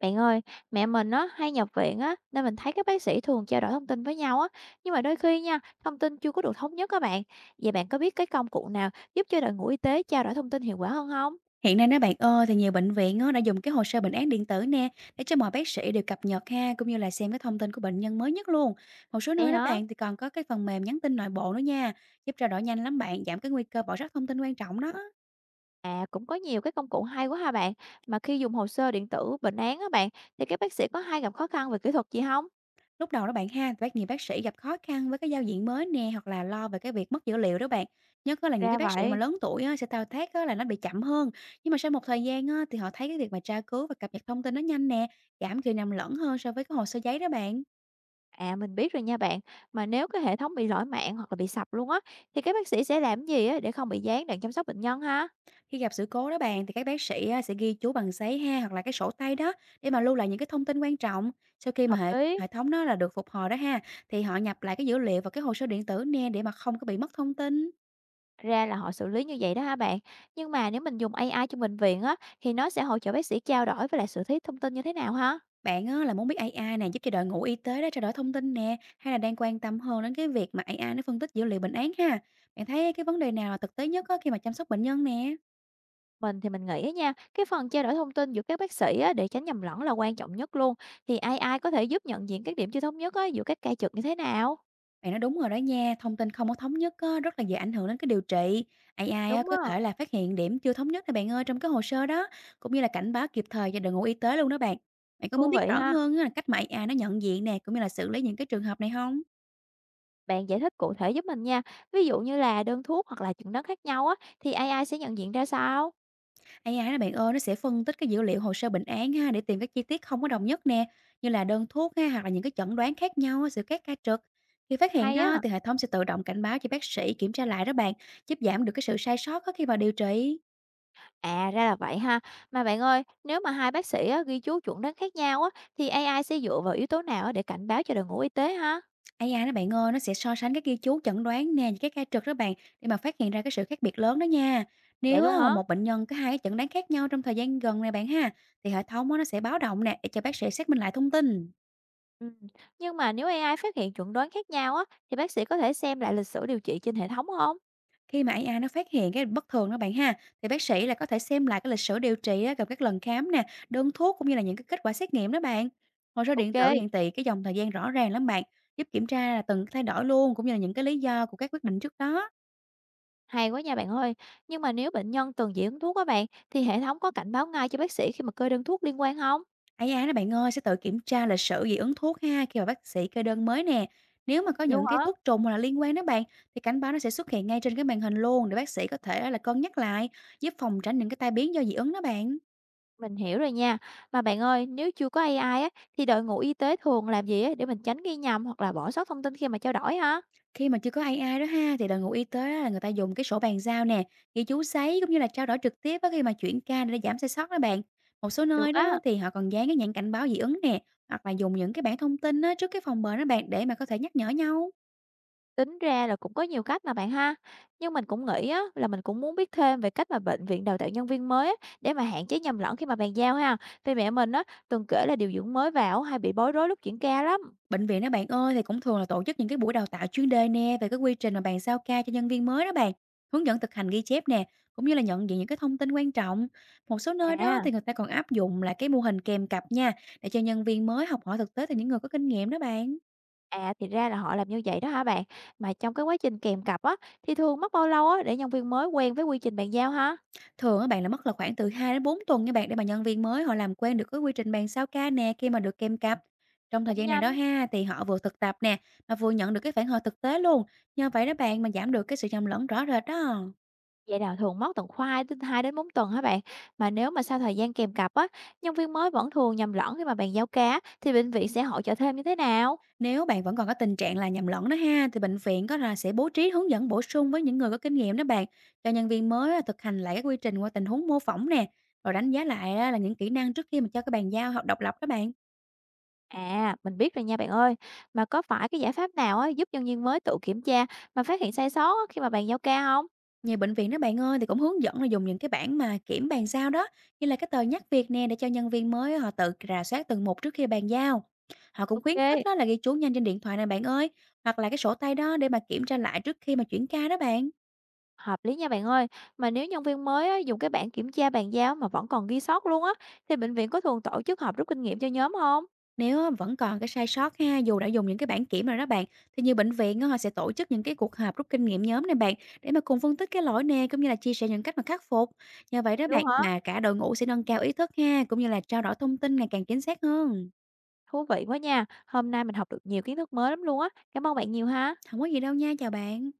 Bạn ơi, mẹ mình á hay nhập viện á nên mình thấy các bác sĩ thường trao đổi thông tin với nhau á, nhưng mà đôi khi nha, thông tin chưa có được thống nhất các bạn. Vậy bạn có biết cái công cụ nào giúp cho đội ngũ y tế trao đổi thông tin hiệu quả hơn không? Hiện nay đó bạn ơi, thì nhiều bệnh viện á, đã dùng cái hồ sơ bệnh án điện tử nè để cho mọi bác sĩ đều cập nhật ha, cũng như là xem cái thông tin của bệnh nhân mới nhất luôn. Một số Vậy nơi đó hả? bạn thì còn có cái phần mềm nhắn tin nội bộ nữa nha, giúp trao đổi nhanh lắm bạn, giảm cái nguy cơ bỏ sót thông tin quan trọng đó. À cũng có nhiều cái công cụ hay quá ha bạn, mà khi dùng hồ sơ điện tử bệnh án á bạn thì các bác sĩ có hay gặp khó khăn về kỹ thuật gì không? Lúc đầu đó bạn ha, nhiều bác sĩ gặp khó khăn với cái giao diện mới nè hoặc là lo về cái việc mất dữ liệu đó bạn. Nhất á là những cái Ra bác sĩ mà vậy. lớn tuổi á, sẽ thao tác á, là nó bị chậm hơn. Nhưng mà sau một thời gian á, thì họ thấy cái việc mà tra cứu và cập nhật thông tin nó nhanh nè, giảm khi nhầm lẫn hơn so với cái hồ sơ giấy đó bạn. À mình biết rồi nha bạn, mà nếu cái hệ thống bị lỗi mạng hoặc là bị sập luôn á thì các bác sĩ sẽ làm gì á để không bị gián đoạn chăm sóc bệnh nhân ha? Khi gặp sự cố đó bạn thì các bác sĩ á, sẽ ghi chú bằng giấy ha hoặc là cái sổ tay đó để mà lưu lại những cái thông tin quan trọng. Sau khi mà Hợp hệ lý. hệ thống nó là được phục hồi đó ha thì họ nhập lại cái dữ liệu vào cái hồ sơ điện tử nè để mà không có bị mất thông tin. Ra là họ xử lý như vậy đó hả bạn? Nhưng mà nếu mình dùng AI trong bệnh viện á, thì nó sẽ hỗ trợ bác sĩ trao đổi với lại xử lý thông tin như thế nào hả? Bạn á, là muốn biết AI này giúp cho đội ngũ y tế đó trao đổi thông tin nè, hay là đang quan tâm hơn đến cái việc mà AI nó phân tích dữ liệu bệnh án ha. Bạn thấy cái vấn đề nào là thực tế nhất á, khi mà chăm sóc bệnh nhân nè? Mình thì mình nghĩ á nha, cái phần trao đổi thông tin giữa các bác sĩ á, để tránh nhầm lẫn là quan trọng nhất luôn. Thì AI có thể giúp nhận diện các điểm chưa thống nhất á, giữa các ca trực như thế nào? Bạn nói đúng rồi đó nha, thông tin không có thống nhất á, rất là dễ ảnh hưởng đến cái điều trị. AI á, Đúng có á, thể là phát hiện điểm chưa thống nhất này bạn ơi trong cái hồ sơ đó, cũng như là cảnh báo kịp thời cho đội ngũ y tế luôn đó bạn. Bạn có muốn thú biết vị rõ ha. hơn á, là cách mà AI nó nhận diện nè, cũng như là xử lý những cái trường hợp này không? Bạn giải thích cụ thể giúp mình nha. Ví dụ như là đơn thuốc hoặc là chẩn đoán khác nhau á, thì AI sẽ nhận diện ra sao? AI đó bạn ơi, nó sẽ phân tích cái dữ liệu hồ sơ bệnh án ha để tìm các chi tiết không có đồng nhất nè, như là đơn thuốc ha, hoặc là những cái chẩn đoán khác nhau, sự khác ca trực. Khi phát hiện Hay đó á. thì hệ thống sẽ tự động cảnh báo cho bác sĩ kiểm tra lại đó bạn, giúp giảm được cái sự sai sót á khi mà điều trị. À, ra là vậy ha. Mà bạn ơi, nếu mà hai bác sĩ á, ghi chú chuẩn đoán khác nhau á, thì AI sẽ dựa vào yếu tố nào á, để cảnh báo cho đội ngũ y tế ha? AI đó bạn ơi, nó sẽ so sánh các ghi chú chẩn đoán nè, với các ca trực đó bạn, để mà phát hiện ra cái sự khác biệt lớn đó nha. Vậy Nếu á, luôn mà hả? một bệnh nhân có hai cái chẩn đoán khác nhau trong thời gian gần này bạn ha, thì hệ thống á, nó sẽ báo động nè để cho bác sĩ xác minh lại thông tin. Ừ. Nhưng mà nếu AI phát hiện chuẩn đoán khác nhau á, thì bác sĩ có thể xem lại lịch sử điều trị trên hệ thống không? Khi mà AI nó phát hiện cái bất thường đó bạn ha, thì bác sĩ là có thể xem lại cái lịch sử điều trị á, gặp các lần khám nè, đơn thuốc, cũng như là những cái kết quả xét nghiệm đó bạn. Hồ sơ điện Ok, tử hiện thị cái dòng thời gian rõ ràng lắm bạn, giúp kiểm tra là từng thay đổi luôn, cũng như là những cái lý do của các quyết định trước đó. hay quá nha bạn ơi. Nhưng mà nếu bệnh nhân từng dị ứng thuốc á bạn, thì hệ thống có cảnh báo ngay cho bác sĩ khi mà kê đơn thuốc liên quan không? Ái da đó bạn ơi, sẽ tự kiểm tra lịch sử dị ứng thuốc ha, khi mà bác sĩ kê đơn mới nè. Nếu mà có những Luôn cái hả? thuốc trùng hoặc là liên quan đó bạn, thì cảnh báo nó sẽ xuất hiện ngay trên cái màn hình luôn để bác sĩ có thể là cân nhắc lại, giúp phòng tránh những cái tai biến do dị ứng đó bạn. Mình hiểu rồi nha. Mà bạn ơi, nếu chưa có AI á, thì đội ngũ y tế thường làm gì á, để mình tránh ghi nhầm hoặc là bỏ sót thông tin khi mà trao đổi ha? Khi mà chưa có AI đó ha, thì đội ngũ y tế á là người ta dùng cái sổ bàn giao nè, ghi chú sấy, cũng như là trao đổi trực tiếp á khi mà chuyển ca để giảm sai sót đó bạn. Một số nơi Được đó á, thì họ còn dán cái nhãn cảnh báo dị ứng nè, hoặc là dùng những cái bảng thông tin á trước cái phòng bệnh đó bạn để mà có thể nhắc nhở nhau. tính ra là cũng có nhiều cách mà bạn ha. Nhưng mình cũng nghĩ á, là mình cũng muốn biết thêm về cách mà bệnh viện đào tạo nhân viên mới á, để mà hạn chế nhầm lẫn khi mà bàn giao ha. Vì mẹ mình á, từng kể là điều dưỡng mới vào hay bị bối rối lúc chuyển ca lắm. Bệnh viện đó bạn ơi thì cũng thường là tổ chức những cái buổi đào tạo chuyên đề nè về cái quy trình mà bàn sao ca cho nhân viên mới đó bạn, hướng dẫn thực hành ghi chép nè, cũng như là nhận diện những cái thông tin quan trọng. Một số nơi đó À, thì người ta còn áp dụng là cái mô hình kèm cặp nha, để cho nhân viên mới học hỏi thực tế từ những người có kinh nghiệm đó bạn. à thì ra là họ làm như vậy đó hả bạn? Mà trong cái quá trình kèm cặp á, thì thường mất bao lâu á, để nhân viên mới quen với quy trình bàn giao ha? Thường á bạn là mất là khoảng từ 2 đến 4 tuần nha bạn, để mà nhân viên mới họ làm quen được cái quy trình bàn sao ca nè khi mà được kèm cặp. Trong thời Cũng gian này đó nhanh. ha thì họ vừa thực tập nè, mà vừa nhận được cái phản hồi thực tế luôn. Nhờ vậy đó bạn mà giảm được cái sự nhầm lẫn rõ rệt đó. Vậy đào thường mất tận khoai đến 2 đến 4 tuần hả bạn? Mà nếu mà sau thời gian kèm cặp á, nhân viên mới vẫn thường nhầm lẫn khi mà bàn giao cá thì bệnh viện sẽ hỗ trợ thêm như thế nào? Nếu bạn vẫn còn có tình trạng là nhầm lẫn đó ha, thì bệnh viện có là sẽ bố trí hướng dẫn bổ sung với những người có kinh nghiệm đó bạn, cho nhân viên mới á, thực hành lại các quy trình qua tình huống mô phỏng nè, rồi đánh giá lại á, là những kỹ năng trước khi mà cho các bàn giao học độc lập đó bạn. À, mình biết rồi nha bạn ơi. Mà có phải cái giải pháp nào á, giúp nhân viên mới tự kiểm tra mà phát hiện sai sót á, khi mà bàn giao ca không? Nhiều bệnh viện đó bạn ơi thì cũng hướng dẫn là dùng những cái bảng mà kiểm bàn giao đó, như là cái tờ nhắc việc nè để cho nhân viên mới họ tự rà soát từng một trước khi bàn giao. Họ cũng khuyến khích Ok, đó là ghi chú nhanh trên điện thoại này bạn ơi, hoặc là cái sổ tay đó để mà kiểm tra lại trước khi mà chuyển ca đó bạn. hợp lý nha bạn ơi. Mà nếu nhân viên mới á, dùng cái bảng kiểm tra bàn giao mà vẫn còn ghi sót luôn á, thì bệnh viện có thường tổ chức họp rút kinh nghiệm cho nhóm không? Nếu á vẫn còn cái sai sót ha, dù đã dùng những cái bảng kiểm rồi đó bạn, thì nhiều bệnh viện á, họ sẽ tổ chức những cái cuộc họp rút kinh nghiệm nhóm này bạn, để mà cùng phân tích cái lỗi nè, cũng như là chia sẻ những cách mà khắc phục. Nhờ vậy đó bạn, Luôn hả? mà cả đội ngũ sẽ nâng cao ý thức ha, cũng như là trao đổi thông tin ngày càng chính xác hơn. Thú vị quá nha. Hôm nay mình học được nhiều kiến thức mới lắm luôn á. Cảm ơn bạn nhiều ha. Không có gì đâu nha, chào bạn.